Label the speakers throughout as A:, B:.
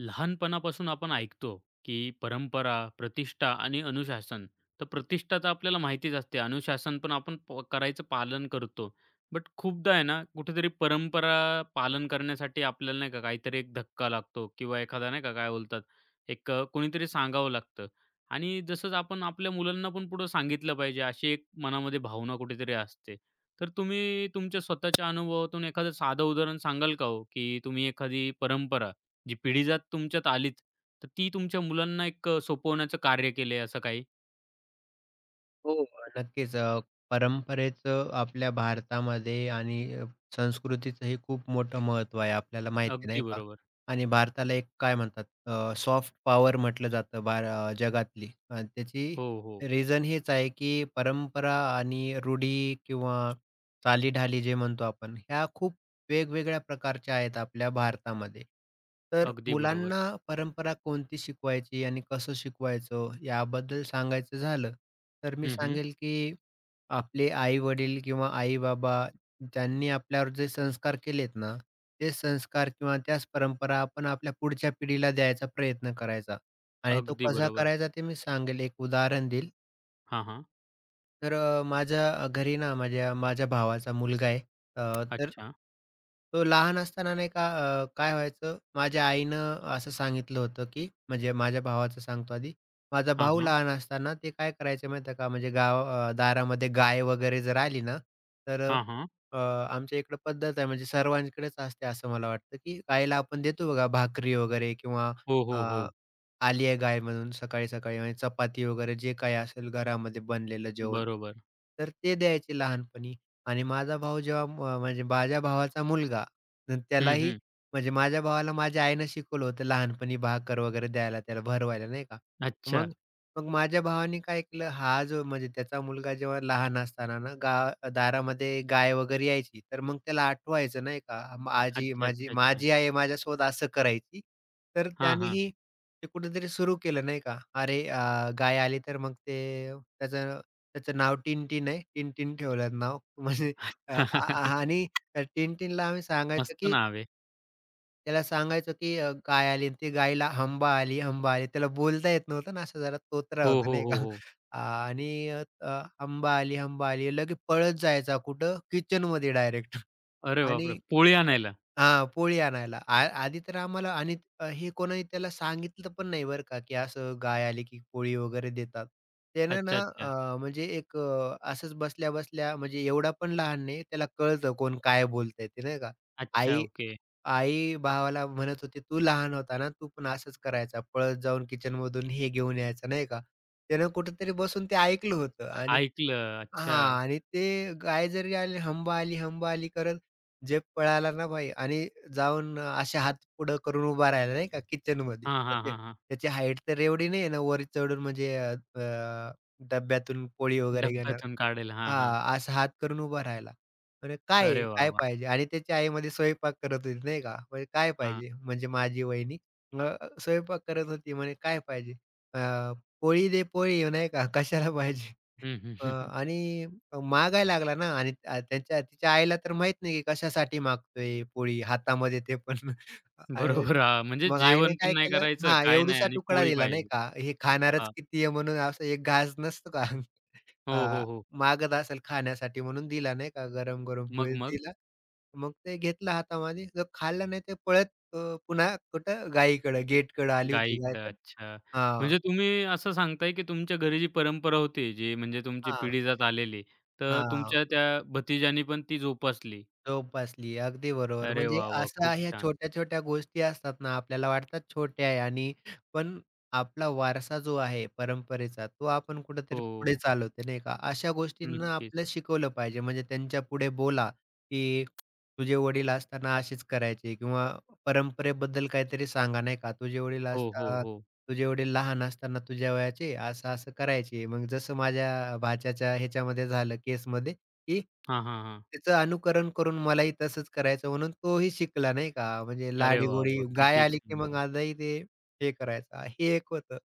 A: लहानपणापासून आपण ऐकतो की परंपरा, प्रतिष्ठा आणि अनुशासन. तर प्रतिष्ठा तर आपल्याला माहितीच असते. अनुशासन पण आपण करायचं पालन करतो. बट खूपदा आहे ना, कुठेतरी परंपरा पालन करण्यासाठी आपल्याला नाही का काहीतरी एक धक्का लागतो किंवा एखादा नाही का काय बोलतात, एक कोणीतरी सांगावं लागतं आणि जसंच आपण आपल्या मुलांना पण पुढं सांगितलं पाहिजे, अशी एक मनामध्ये भावना कुठेतरी असते. तर तुम्ही तुमच्या स्वतःच्या अनुभवातून एखादं साधं उदाहरण सांगाल का हो, की तुम्ही एखादी परंपरा जी पिढी जात तुमच्यात आलीच, तर ती तुमच्या मुलांना एक सोपवण्याचं कार्य केलंय असं काही?
B: हो, नक्कीच. परंपरेचं आपल्या भारतामध्ये आणि संस्कृतीचंही खूप मोठं महत्त्व आहे, आपल्याला माहिती
A: अगदी
B: नाही का?
A: बरोबर.
B: आणि भारताला एक काय म्हणतात सॉफ्ट पॉवर म्हटलं जातं जगातली. त्याची
A: हो, हो.
B: रिझन हेच आहे, की परंपरा आणि रूढी किंवा चालीढाली जे म्हणतो आपण, ह्या खूप वेगवेगळ्या प्रकारच्या आहेत आपल्या भारतामध्ये. तर
A: अगदी बरोबर.
B: मुलांना परंपरा कोणती शिकवायची आणि कसं शिकवायचं याबद्दल सांगायचं झालं, तर मी
A: हं, हं.
B: सांगेल की आपले आई-वडील किंवा आई-बाबा ज्यांनी आपल्यावर जे संस्कार केलेत ना, ते संस्कार किंवा त्याच परंपरा आपण आपल्या पुढच्या पिढीला द्यायचा प्रयत्न करायचा आणि तो
A: अगदी
B: कसा
A: बरोबर.
B: करायचा ते मी सांगेल. एक उदाहरण देईल.
A: हां, हां.
B: तर माझ्या घरी ना माझ्या माझ्या भावाचा मुलगा आहे. अ, तर
A: अच्छा.
B: तो लहान असताना नाही का काय व्हायचं, माझ्या आईनं असं सांगितलं होतं, की म्हणजे माझ्या भावाचं सांगतो आधी. माझा
A: हां,
B: भाऊ
A: हां.
B: लहान असताना ते काय करायचे माहीत का, म्हणजे दारामध्ये गाय वगैरे जर आली ना, तर अ,
A: हां, हां.
B: आमच्या इकडं पद्धत आहे म्हणजे सर्वांकडेच असते असं मला वाटतं, की गायीला आपण देतो बघा भाकरी वगैरे किंवा
A: हो, हो, हो.
B: आली आहे गाय म्हणून सकाळी-सकाळी म्हणजे चपाती वगैरे जे काही असेल घरामध्ये बनलेलं जेवण.
A: बरोबर.
B: तर ते द्यायचे लहानपणी आणि माझा भाऊ जेव्हा म्हणजे माझ्या भावाचा मुलगा तर
A: हं,
B: त्यालाही
A: हं.
B: म्हणजे माझ्या भावाला माझ्या आईनं शिकवलं होतं लहानपणी भाकर वगैरे द्यायला त्याला भरवायला नाही का.
A: अच्छा.
B: मग मग माझ्या भावाने काय केलं हा जो म्हणजे त्याचा मुलगा जेव्हा लहान असताना ना दारामध्ये गाय वगैरे यायची तर मग त्याला आठवायचं नाही का, आजी
A: अच्छा,
B: माझी
A: अच्छा, अच्छा.
B: माझी आई माझ्यासोबत असं करायची. तर
A: हां, हां.
B: त्यानेही ते कुठेतरी सुरू केलं नाही का? अरे गाय आली तर मग ते त्याचं त्याचं नाव टिन-टिन आहे. टिन-टिन ठेवलं नाव म्हणजे अ, आ आ- आणि त्या टिन-टिनला आम्ही सांगायचं
A: मस्त
B: की
A: नाव आहे.
B: त्याला सांगायचो, की गाय आली आणि ती गायीला "हंबा आली, हंबा आली." त्याला बोलता येत नव्हतं ना, असा जरा तोतरा
A: हो,
B: होता
A: हो,
B: नाही
A: हो,
B: का?
A: हो.
B: आ, आणि अ, अ, "हंबा आली, हंबा आली." लगे पळत जायचा कुठं? किचनमध्ये डायरेक्ट
A: अरे बापरे!
B: आणि
A: पोळी आणायला.
B: हां, पोळी आणायला. आधी तर आम्हाला आणि हे कोणी त्याला सांगितलं पण नाही बरं का, की असं गाय आली, की पोळी वगैरे देतात. त्यानं
A: अच्छा,
B: ना
A: अच्छा.
B: म्हणजे असंच बसल्या-बसल्या म्हणजे एवढा पण लहान नाही त्याला कळतं कोण काय बोलतंय ते नाही का?
A: अच्छा,
B: आई
A: ओके.
B: आई भावाला म्हणत होती, "तू लहान होता ना, तू पण असंच करायचा. पळत जाऊन किचनमधून हे घेऊन यायचा." नाही का? त्यानं कुठेतरी बसून ते ऐकलं होतं आणि
A: ऐकलं. अच्छा.
B: हां. आणि ते गाय जरी आली, हंबा आली, हंबा आली करत जे पळाला ना भाई आणि जाऊन असे हात पुढं करून उभा राहिला नाही का किचनमध्ये.
A: हां,
B: तर
A: हां,
B: ते
A: हां, हां.
B: त्याची हाईट तर एवढी नाही आहे ना, वर चढून म्हणजे अ, अ, डब्यातून पोळी वगैरे घेणार.
A: डब्यातून काढेल. हां, हां.
B: हां, असा हात करून उभा राहिला. म्हणजे काय आहे?
A: अरे वाह,
B: काय
A: वाह!
B: पाहिजे? आणि त्याची आई मध्ये स्वयंपाक करत होती नाही का. म्हणजे काय
A: हां.
B: पाहिजे? म्हणजे माझी वहिनी अ, स्वयंपाक करत होती म्हणे, "काय पाहिजे?" अ, "पोळी दे पोळी" नाही का. कशाला पाहिजे?
A: हं,
B: अ,
A: हं.
B: आणि मागायला लागला ना आणि त्यांच्या तिच्या आईला तर माहीत नाही की कशासाठी मागतोय पोळी हातामध्ये ते पण आणि
A: बरोबर हां, म्हणजे
B: मग
A: जेवण
B: आईने
A: पण
B: काय
A: नाही
B: केलं
A: करायचं,
B: हां,
A: काय नाही
B: एवढूसा
A: आणि
B: तुकडा
A: पोळी
B: दिला नाही
A: पाहिजे.
B: का, हे खाणारच
A: हां.
B: किती आहे म्हणून असं एक घास नसतो का
A: हो,
B: हां,
A: हो, हो.
B: मागत असेल खाण्यासाठी म्हणून दिला नाही का गरम-गरम
A: मग,
B: पोळी
A: मग?
B: दिला. मग ते घेतलं हातामध्ये जर खाल्लं नाही ते पळत पुन्हा कुठं गायीकडं गेटकडं आली होती गाय
A: गाईकडं.
B: तर
A: अच्छा.
B: हां,
A: म्हणजे तुम्ही असं सांगताय, की तुमच्या घरी जी परंपरा होती, जी म्हणजे तुमची
B: हां,
A: पिढी जात आलेली, तर
B: हां.
A: तुमच्या त्या भतीजानी पण ती जोपासली.
B: जोपासली. अगदी बरोबर.
A: अरे
B: म्हणजे
A: वाह, वाह!
B: अशा
A: खूप
B: ह्या
A: छान.
B: छोट्या-छोट्या गोष्टी असतात ना, आपल्याला वाटतात छोट्या आहे आणि पण आपला वारसा जो आहे परंपरेचा, तो आपण कुठेतरी पुढे
A: हो,
B: चालवते, नाही का? अशा गोष्टींना
A: नक्कीच.
B: आपलं शिकवलं पाहिजे. म्हणजे त्यांच्या पुढे बोला, की "तुझे वडील असताना असेच करायचे" किंवा परंपरेबद्दल काहीतरी सांगा, नाही का?
A: हो, हो, हो.
B: "तुझे वडील लहान असताना तुझ्या वयाचे असं-असं करायचे." मग जसं माझ्या भाच्याच्या ह्याच्यामध्ये झालं केसमध्ये की
A: हां, हां, हां.
B: त्याचं अनुकरण करून मलाही तसंच करायचं म्हणून तोही शिकला नाही का. म्हणजे
A: अरे वाह,
B: लाडी-गोडी
A: वाह!
B: गाय
A: किती
B: आली की
A: छान.
B: मग आजही ते हे करायचा. हे एक होतं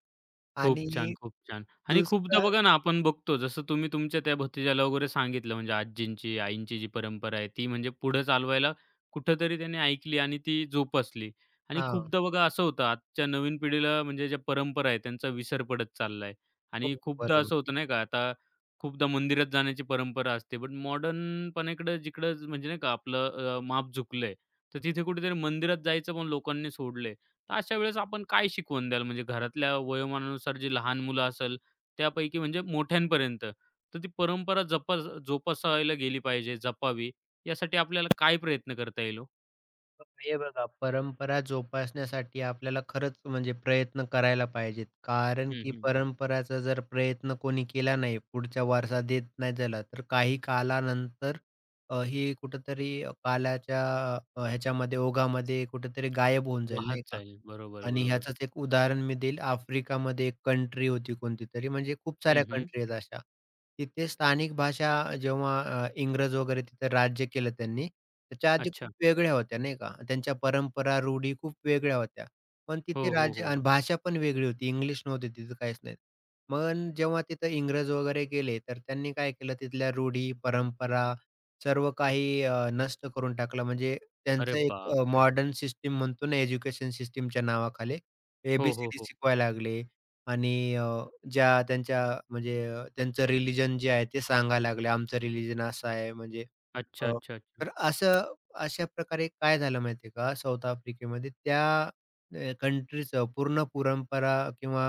A: खूप छान,
B: आणि
A: खूप छान. आणि
B: दुसरं
A: खूपदा बघा ना, आपण बघतो जसं तुम्ही तुमच्या त्या भतीजाला वगैरे सांगितलं म्हणजे आजींची, आईंची जी परंपरा आहे ती म्हणजे पुढे चालवायला कुठेतरी त्याने ऐकली आणि ती जोपासली. आणि
B: हां.
A: खूपदा बघा असं होतं आजच्या नवीन पिढीला म्हणजे ज्या परंपरा आहे त्यांचा विसर पडत चाललाय.
B: हो,
A: आणि खूपदा
B: बरोबर.
A: असं होतं नाही का, आता खूपदा मंदिरात जाण्याची परंपरा असते. पण मॉडर्नपणाकडे जिकडं म्हणजे नाही का आपलं माप झुकलंय, तर तिथे कुठेतरी मंदिरात जायचं पण लोकांनी सोडलंय. तर अशा वेळेस आपण काय शिकवून द्याल? म्हणजे घरातल्या वयोमानानुसार जी लहान मुलं असेल, त्यापैकी म्हणजे मोठ्यांपर्यंत, तर ती परंपरा जपा जोपासायला गेली पाहिजे, जपावी. यासाठी आपल्याला काय प्रयत्न करता येईल हो?
B: हे बघा, परंपरा जोपासण्यासाठी आपल्याला खरंच म्हणजे प्रयत्न करायला पाहिजेत. कारण
A: हं,
B: की
A: हं.
B: परंपराचा जर प्रयत्न कोणी केला नाही, पुढच्या वारसा देत नाही झाला, तर काही कालानंतर ही कुठेतरी कालाच्या ह्याच्यामध्ये ओघामध्ये कुठेतरी गायब होऊन जाईल,
A: वाहत
B: नाही का?
A: जाईल. बरोबर,
B: आणि
A: बरोबर.
B: ह्याचंच एक उदाहरण मी देईल. आफ्रिकामध्ये एक कंट्री होती कोणती तरी, म्हणजे खूप
A: हं,
B: साऱ्या
A: हं.
B: कंट्री आहेत अशा. तिथे स्थानिक भाषा जेव्हा इंग्रज वगैरे तिथे राज्य केलं त्यांनी, त्याच्या आधी
A: अच्छा.
B: खूप वेगळ्या होत्या नाही का. त्यांच्या परंपरा, रूढी खूप वेगळ्या होत्या. पण तिथे
A: हो, हो,
B: राज्य
A: हो.
B: आणि भाषा पण वेगळी होती. इंग्लिश नव्हती तिथं काहीच नाही. पण जेव्हा तिथं इंग्रज वगैरे गेले, तर त्यांनी काय केलं तिथल्या रूढी, परंपरा सर्व काही नष्ट करून टाकलं. म्हणजे
A: अरे
B: त्यांचं एक
A: बापरे!
B: मॉडर्न सिस्टम म्हणतो ना, एज्युकेशन सिस्टमच्या नावाखाली ए
A: हो, हो, हो.
B: शिकवायला लागले आणि ज्या त्यांच्या म्हणजे त्यांचं रिलिजन जे आहे ते सांगायला लागले. आमचं रिलिजन असं आहे म्हणजे
A: अच्छा,
B: हो.
A: अच्छा, अच्छा.
B: तर असं अशा प्रकारे काय झालं माहिती का, साऊथ आफ्रिकेमध्ये त्या कंट्रीचं पूर्ण परंपरा किंवा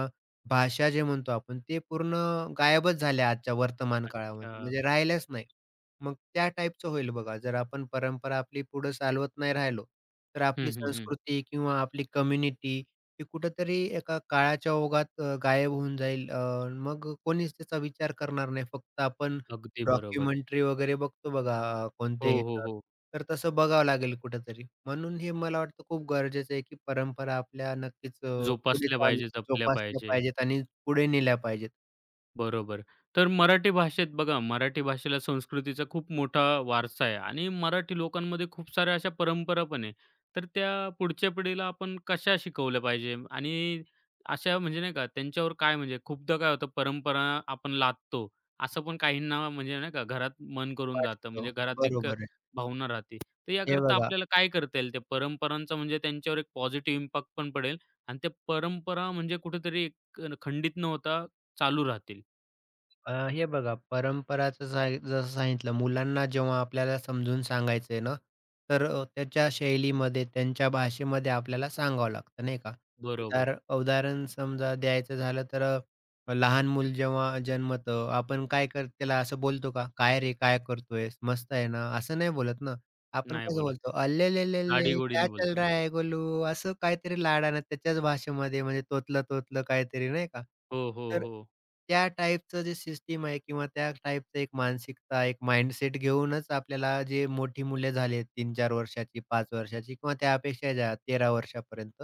B: भाषा जे म्हणतो आपण, ते पूर्ण गायबच झाल्या आजच्या वर्तमान
A: अच्छा.
B: काळामध्ये. म्हणजे राहिल्याच नाही. मग त्या टाईपचं होईल बघा. जर आपण परंपरा आपली पुढे चालवत नाही राहिलो, तर आपली
A: हं, हं, हं.
B: संस्कृती किंवा आपली कम्युनिटी ही कुठेतरी एका काळाच्या ओघात गायब होऊन जाईल. मग कोणीच त्याचा विचार करणार नाही. फक्त आपण
A: अगदी बरोबर.
B: डॉक्युमेंटरी वगैरे बघतो बघा कोणत्या
A: हो, हो,
B: ह्याच्यावर.
A: हो.
B: तर तसं बघावं लागेल कुठेतरी. म्हणून हे मला वाटतं खूप गरजेचं आहे, की परंपरा आपल्या नक्कीच अ, पुढे
A: जोपासल्या
B: चालू
A: पाहिजे, जपल्या
B: जोपासल्या
A: पाहिजे.
B: पाहिजेत आणि पुढे नेल्या पाहिजेत.
A: बरोबर. तर मराठी भाषेत बघा, मराठी भाषेला संस्कृतीचा खूप मोठा वारसा आहे आणि मराठी लोकांमध्ये खूप साऱ्या अशा परंपरा पण आहे. तर त्या पुढच्या पिढीला आपण कशा शिकवल्या पाहिजे आणि अशा म्हणजे नाही का त्यांच्यावर काय म्हणजे खूपदा काय होतं परंपरा आपण लादतो. असं पण काहींना म्हणजे नाही का घरात मन करून जातं.
B: वाटतं.
A: म्हणजे घरात एक
B: बरोबर आहे.
A: भावना राहते. तर
B: हे
A: याकरता
B: बघा
A: आपल्याला काय करता येईल? त्या परंपरांचा म्हणजे त्यांच्यावर एक पॉझिटिव्ह इम्पॅक्ट पण पडेल आणि त्या परंपरा म्हणजे कुठेतरी एक खंडित न होता चालू राहतील.
B: हे बघा परंपराचं साय जसं सांगितलं मुलांना जेव्हा आपल्याला समजून सांगायचं आहे ना, तर त्याच्या शैलीमध्ये, त्यांच्या भाषेमध्ये आपल्याला सांगावं लागतं नाही का?
A: बरोबर.
B: उदार उदाहरण समजा द्यायचं झालं तर लहान मूल जेव्हा जन्मतं आपण काय कर त्याला असं बोलतो का? "काय रे, काय करतोयस? मस्त आहे ना?" असं नाही बोलत ना. आपण
A: नाही
B: कसं
A: बोलत.
B: बोलतो, "अल्लेलेलेले क्या
A: लाडीगोडीने
B: चल
A: बोलतो.
B: रहा है गोलू?" असं काहीतरी लाडानं त्याच्याच भाषेमध्ये म्हणजे तोतलं-तोतलं काहीतरी नाही का.
A: हो, हो,
B: तर
A: हो.
B: त्या टाईपचं जे सिस्टम आहे किंवा त्या टाईपचं एक मानसिकता, एक माइंडसेट घेऊनच आपल्याला जे मोठी मुले झाली 3-4 वर्षाची, 5 वर्षाची किंवा त्यापेक्षा ज्या 13 वर्षापर्यंत,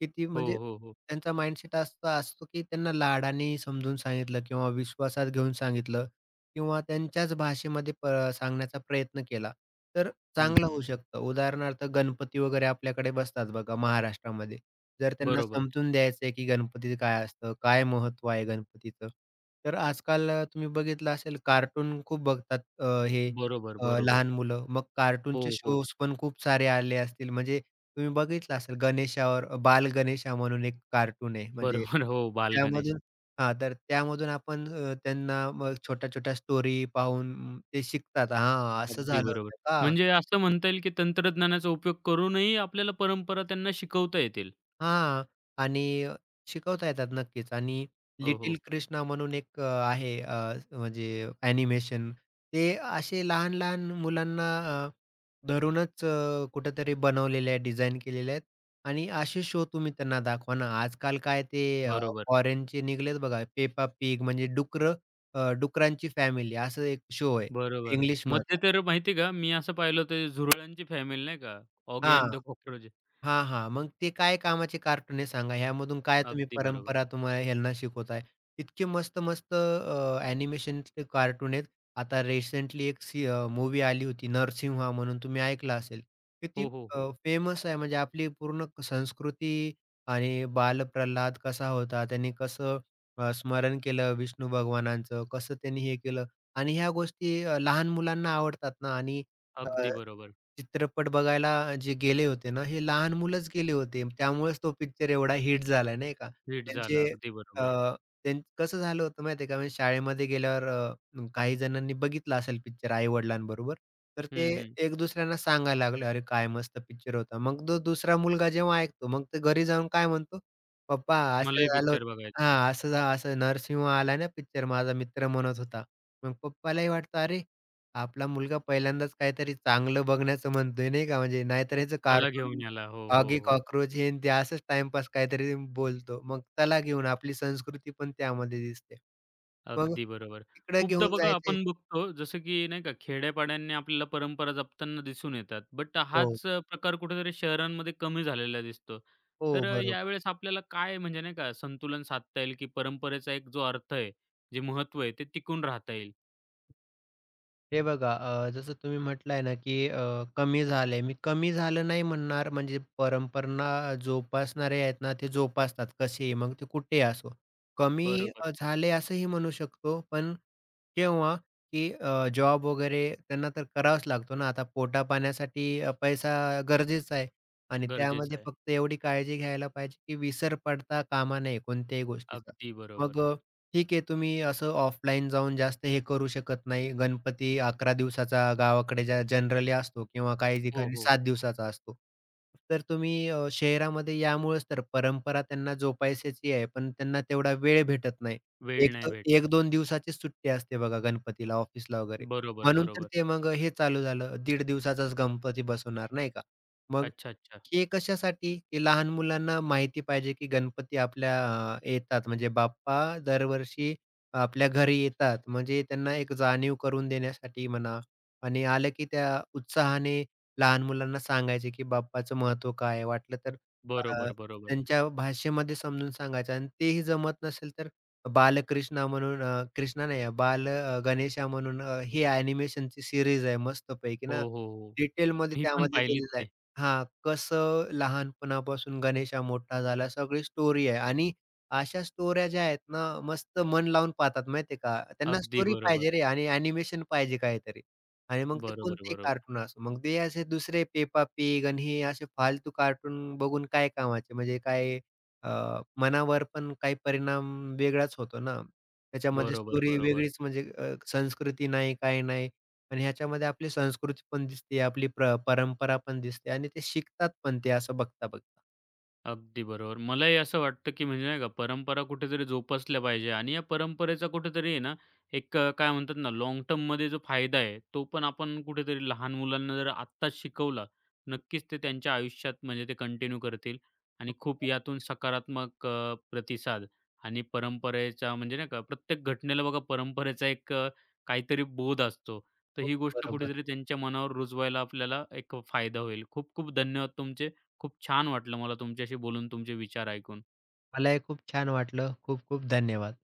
B: किती
A: हो,
B: म्हणजे
A: हो, हो.
B: त्यांचा माइंडसेट असा असतो, की त्यांना लाडाने समजून सांगितलं किंवा विश्वासात घेऊन सांगितलं किंवा त्यांच्याच भाषेमध्ये सांगण्याचा प्रयत्न केला. तर
A: हं,
B: चांगलं होऊ
A: हं.
B: शकतं. उदाहरणार्थ गणपती वगैरे आपल्याकडे बसतात बघा महाराष्ट्रामध्ये. जर त्यांना
A: बरोबर,
B: समजून द्यायचं की गणपती काय असतं? काय महत्व आहे गणपतीचं? तर आजकाल तुम्ही बघितलं असेल कार्टून खूप बघतात
A: बरोबर, बरोबर.
B: लहान मुलं. मग कार्टूनचे
A: हो, हो.
B: शोज पण खूप सारे आले असतील. म्हणजे तुम्ही बघितलं असेल गणेशावर बाल गणेशा म्हणून एक कार्टून आहे. म्हणजे
A: बरोबर. हो, बालगणेश.
B: त्यामधून तर त्यामधून आपण त्यांना मग छोट्या-छोट्या स्टोरी पाहून ते शिकतात. हां, असं
A: अगदी
B: झालं
A: बरोबर.
B: होतं का?
A: म्हणजे असं म्हणता येईल की तंत्रज्ञानाचा उपयोग करूनही आपल्याला परंपरा त्यांना शिकवता येतील.
B: हां. आणि शिकवता येतात नक्कीच आणि
A: हो, हो.
B: लिटिल कृष्णा म्हणून एक आहे, म्हणजे ॲनिमेशन. ते असे लहान-लहान मुलांना अ, धरूनच कुठेतरी बनवलेले आहेत, डिझाइन केलेले आहेत आणि असे शो तुम्ही त्यांना दाखवा ना. आजकाल काय ते
A: बरोबर,
B: फॉरेनचे निघालेत बघा पेपा पिग म्हणजे डुकरांची फॅमिली असं एक शो आहे
A: बरोबर. मध्ये
B: इंग्लिशमधला.
A: तर माहिती आहे का, मी असं पाहिलं होतं झुरळांची फॅमिली नाही का, ऑगी अँड
B: हां.
A: The cockroach.
B: हां, हां. मग ते काय कामाचे कार्टून आहे सांगा? ह्यामधून काय तुम्ही
A: अगदी बरोबर.
B: परंपरा तुम्हाला ह्यांना शिकवताय? इतके मस्त-मस्त ॲनिमेशनचे कार्टून आहेत. आता रिसेंटली एक मूव्ही आली होती नरसिंहा म्हणून तुम्ही ऐकलं असेल. किती
A: हो, हो, हो.
B: अ, फेमस आहे म्हणजे आपली पूर्ण संस्कृती आणि बालप्रल्हाद कसा होता, त्यांनी कसं स्मरण केलं विष्णू भगवानांचं, कसं त्यांनी हे केलं आणि ह्या गोष्टी लहान मुलांना आवडतात ना आणि अ,
A: अगदी बरोबर.
B: चित्रपट बघायला जे गेले होते ना, हे लहान मुलंच गेले होते. त्यामुळेच तो पिक्चर एवढा हिट झाला नाही का.
A: हिट झाला.
B: त्यांचे
A: अगदी
B: अ,
A: बरोबर.
B: त्यां कसं झालं होतं माहिती आहे का, म्हणजे शाळेमध्ये गेल्यावर काही जणांनी बघितला असेल पिक्चर आई-वडिलांबरोबर. तर ते
A: हं, हं.
B: एक दुसऱ्यांना सांगायला लागले, "अरे, काय मस्त पिक्चर होता." मग तो दुसरा मुलगा जेव्हा ऐकतो, मग तो घरी जाऊन काय म्हणतो, "पप्पा, असं
A: मलाही
B: झालं
A: पिक्चर
B: होतं
A: बघायचा.
B: हां, असं, असं नरसिंह आला ना पिक्चर, माझा मित्र म्हणत होता." मग पप्पालाही वाटतं, "अरे, आपला मुलगा पहिल्यांदाच काहीतरी चांगलं बघण्याचं म्हणतोय नाही का, म्हणजे नाहीतर ह्याचं
A: त्याला घेऊन
B: कार्टून,
A: याला. हो, हो,
B: ऑगी
A: हो.
B: कॉकरोच हे अन् ते असंच टाईमपास काहीतरी बोलतो. मग त्याला घेऊन आपली संस्कृती पण त्यामध्ये दिसते. मग
A: अगदी बरोबर.
B: तिकडे
A: खूपदा
B: घेऊन
A: बघा
B: जायचे
A: आपण बघतो जसं की नाही का खेड्यापाड्यांनी आपल्याला परंपरा जपताना दिसून येतात. बट
B: हो,
A: हाच प्रकार कुठेतरी शहरांमध्ये कमी झालेला दिसतो. तर
B: हो, बरोबर.
A: यावेळेस आपल्याला काय म्हणजे नाही का संतुलन साधता येईल, की परंपरेचा एक जो अर्थ आहे, जे महत्त्व आहे ते टिकून राहता येईल.
B: हे बघा जसं तुम्ही म्हटलंय ना, की कमी झालंय. मी कमी झालं नाही म्हणणार, म्हणजे परंपरा जोपासणारे आहेत ना, ते जोपासतात कसेही, मग ते कुठेही असो. कमी
A: बरोबर.
B: अ, झाले असंही म्हणू शकतो, पण केव्हा, की जॉब वगैरे त्यांना तर करावाच लागतो ना. आता पोटापाण्यासाठी पैसा गरजेचा आहे आणि
A: गरजेचं
B: त्यामध्ये
A: आहे.
B: फक्त एवढी काळजी घ्यायला पाहिजे, की विसर पडता कामा नये कोणत्याही गोष्टीचा.
A: अगदी
B: मग
A: बरोबर.
B: ठीक आहे, तुम्ही असं ऑफलाईन जाऊन जास्त हे करू शकत नाही. गणपती 11 दिवसाचा गावाकडे ज्या जनरली असतो किंवा काही
A: हो,
B: ठिकाणी
A: हो.
B: 7 दिवसाचा असतो. तर तुम्ही शहरामध्ये यामुळेच तर परंपरा त्यांना जोपासायची आहे, पण त्यांना तेवढा वेळ भेटत नाही. एक
A: वेळ नाही
B: दो
A: भेटत.
B: 1-2 दिवसाचीच सुट्टी असते बघा गणपतीला, ऑफिसला वगैरे.
A: बरोबर,
B: म्हणून तर
A: बरोबर.
B: ते मग हे चालू झालं, दीड दिवसाचाच गणपती बसवणार नाही का? मग
A: अच्छा, अच्छा.
B: हे कशासाठी? की लहान मुलांना माहिती पाहिजे, की गणपती आपल्या येतात म्हणजे बाप्पा दरवर्षी आपल्या घरी येतात. म्हणजे त्यांना एक जाणीव करून देण्यासाठी म्हणा आणि आलं की त्या उत्साहाने लहान मुलांना सांगायचे, की बाप्पाचं महत्त्व काय आहे? वाटलं तर अ,
A: बरोबर, बरोबर.
B: त्यांच्या भाषेमध्ये समजून सांगायचं आणि तेही जमत नसेल तर बाल गणेशा म्हणून ही ॲनिमेशनची सीरीज आहे मस्तपैकी
A: हो,
B: ना
A: हो, हो.
B: डिटेलमध्ये
A: मी पण
B: त्यामध्ये
A: पाहिलीत
B: दिलेलं आहे.
A: ते.
B: हां, कसं लहानपणापासून गणेशा मोठा झाला सगळी स्टोरी आहे आणि अशा स्टोऱ्या ज्या आहेत ना, मस्त मन लावून पाहतात माहिती आहे का? त्यांना
A: अगदी
B: स्टोरी पाहिजे
A: बरोबर.
B: रे आणि ॲनिमेशन पाहिजे काहीतरी आणि मग ते
A: बरोबर,
B: कोणतेही
A: बरोबर.
B: कार्टून असो. मग ते असे दुसरे पेपा पिग आणि हे असे फालतू कार्टून बघून काय कामाचे म्हणजे काय मनावर पण काही परिणाम वेगळाच होतो ना. त्याच्यामध्ये
A: बरोबर,
B: स्टोरी
A: बरोबर.
B: वेगळीच म्हणजे संस्कृती नाही, काही नाही. पण ह्याच्यामध्ये आपली संस्कृती पण दिसते, आपली परंपरा पण दिसते आणि ते शिकतात पण ते असं बघता-बघता.
A: अगदी बरोबर. मलाही असं वाटतं, की म्हणजे नाही का परंपरा कुठेतरी जोपासल्या पाहिजे आणि या परंपरेचा कुठेतरी आहे ना, एक काय म्हणतात ना लाँग टर्ममध्ये जो फायदा आहे, तो पण आपण कुठेतरी लहान मुलांना जर आत्ताच शिकवला, नक्कीच ते त्यांच्या आयुष्यात म्हणजे ते कंटिन्यू करतील आणि खूप यातून सकारात्मक प्रतिसाद आणि परंपरेचा म्हणजे नाही का प्रत्येक घटनेला बघा परंपरेचा एक काहीतरी बोध असतो. तर
B: हो,
A: ही गोष्ट
B: बरोबर.
A: कुठेतरी त्यांच्या मनावर रुजवायला आपल्याला एक फायदा होईल. खूप खूप धन्यवाद तुमचे. खूप छान वाटलं मला तुमच्याशी बोलून तुमचे विचार ऐकून.
B: मलाही खूप छान वाटलं. खूप खूप धन्यवाद.